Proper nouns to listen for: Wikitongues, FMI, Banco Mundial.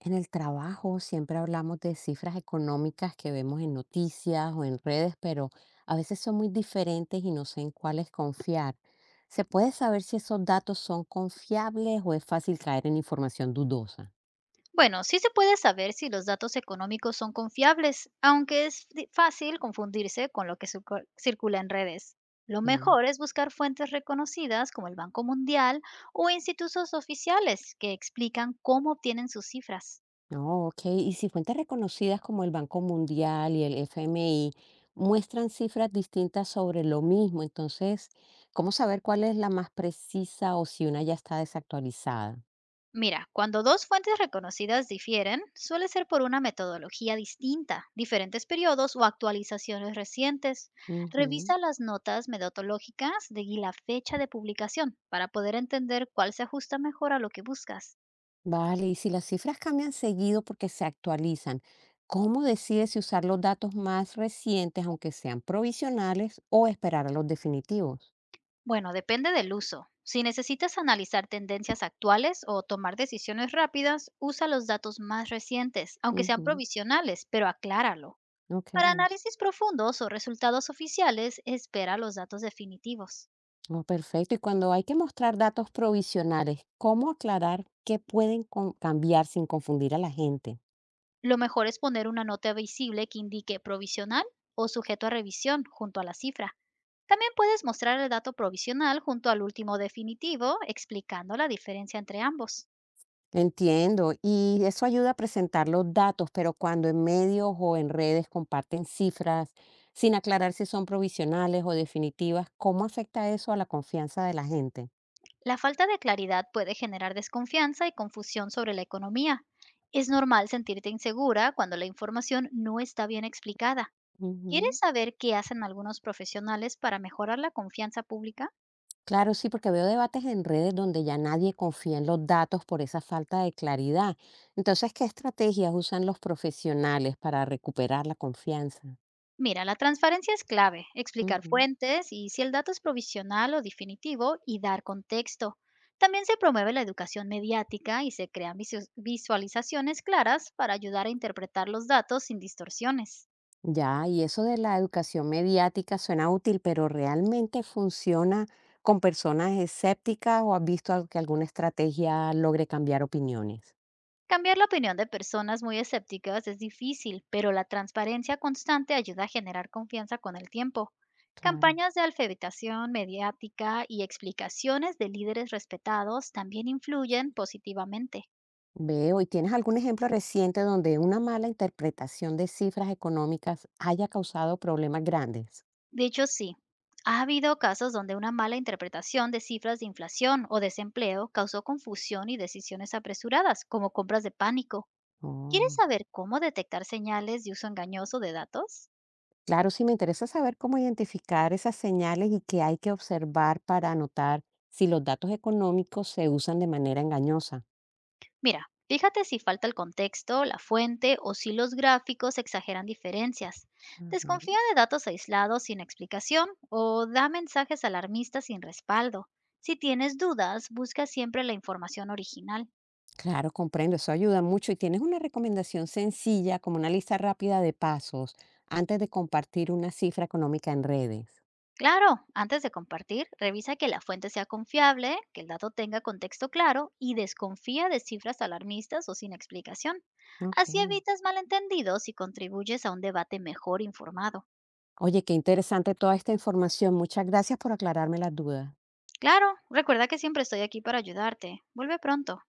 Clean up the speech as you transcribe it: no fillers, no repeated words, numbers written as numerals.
En el trabajo siempre hablamos de cifras económicas que vemos en noticias o en redes, pero a veces son muy diferentes y no sé en cuáles confiar. ¿Se puede saber si esos datos son confiables o es fácil caer en información dudosa? Bueno, sí se puede saber si los datos económicos son confiables, aunque es fácil confundirse con lo que circula en redes. Lo Sí. mejor es buscar fuentes reconocidas como el Banco Mundial o institutos oficiales que explican cómo obtienen sus cifras. No, ok. Y si fuentes reconocidas como el Banco Mundial y el FMI muestran cifras distintas sobre lo mismo, entonces, ¿cómo saber cuál es la más precisa o si una ya está desactualizada? Mira, cuando dos fuentes reconocidas difieren, suele ser por una metodología distinta, diferentes periodos o actualizaciones recientes. Ujú. Revisa las notas metodológicas de y la fecha de publicación para poder entender cuál se ajusta mejor a lo que buscas. Vale, y si las cifras cambian seguido porque se actualizan, ¿cómo decides si usar los datos más recientes, aunque sean provisionales, o esperar a los definitivos? Bueno, depende del uso. Si necesitas analizar tendencias actuales o tomar decisiones rápidas, usa los datos más recientes, aunque sean Ujú, provisionales, pero acláralo. ok, Para análisis profundos o resultados oficiales, espera los datos definitivos. oh, perfecto. Y cuando hay que mostrar datos provisionales, ¿cómo aclarar qué pueden cambiar sin confundir a la gente? Lo mejor es poner una nota visible que indique provisional o sujeto a revisión junto a la cifra. También puedes mostrar el dato provisional junto al último definitivo, explicando la diferencia entre ambos. Entiendo, y eso ayuda a presentar los datos, pero cuando en medios o en redes comparten cifras sin aclarar si son provisionales o definitivas, ¿cómo afecta eso a la confianza de la gente? La falta de claridad puede generar desconfianza y confusión sobre la economía. Es normal sentirte insegura cuando la información no está bien explicada. ¿Quieres Ujú. saber qué hacen algunos profesionales para mejorar la confianza pública? Claro, sí, porque veo debates en redes donde ya nadie confía en los datos por esa falta de claridad. Entonces, ¿qué estrategias usan los profesionales para recuperar la confianza? Mira, la transparencia es clave, explicar Ujú. fuentes y si el dato es provisional o definitivo y dar contexto. También se promueve la educación mediática y se crean visualizaciones claras para ayudar a interpretar los datos sin distorsiones. Ya, y eso de la educación mediática suena útil, pero ¿realmente funciona con personas escépticas o has visto que alguna estrategia logre cambiar opiniones? Cambiar la opinión de personas muy escépticas es difícil, pero la transparencia constante ayuda a generar confianza con el tiempo. Claro. Campañas de alfabetización mediática y explicaciones de líderes respetados también influyen positivamente. Veo, ¿y tienes algún ejemplo reciente donde una mala interpretación de cifras económicas haya causado problemas grandes? De hecho, sí. Ha habido casos donde una mala interpretación de cifras de inflación o desempleo causó confusión y decisiones apresuradas, como compras de pánico. ¿Quieres Oh, saber cómo detectar señales de uso engañoso de datos? claro, sí me interesa saber cómo identificar esas señales y qué hay que observar para anotar si los datos económicos se usan de manera engañosa. Mira, fíjate si falta el contexto, la fuente o si los gráficos exageran diferencias. Desconfía Ajá. de datos aislados sin explicación o da mensajes alarmistas sin respaldo. Si tienes dudas, busca siempre la información original. Claro, comprendo, eso ayuda mucho. ¿Y tienes una recomendación sencilla, como una lista rápida de pasos, antes de compartir una cifra económica en redes? Claro, antes de compartir, revisa que la fuente sea confiable, que el dato tenga contexto claro y desconfía de cifras alarmistas o sin explicación. Ok. Así evitas malentendidos y contribuyes a un debate mejor informado. Oye, qué interesante toda esta información. Muchas gracias por aclararme las dudas. Claro, recuerda que siempre estoy aquí para ayudarte. Vuelve pronto.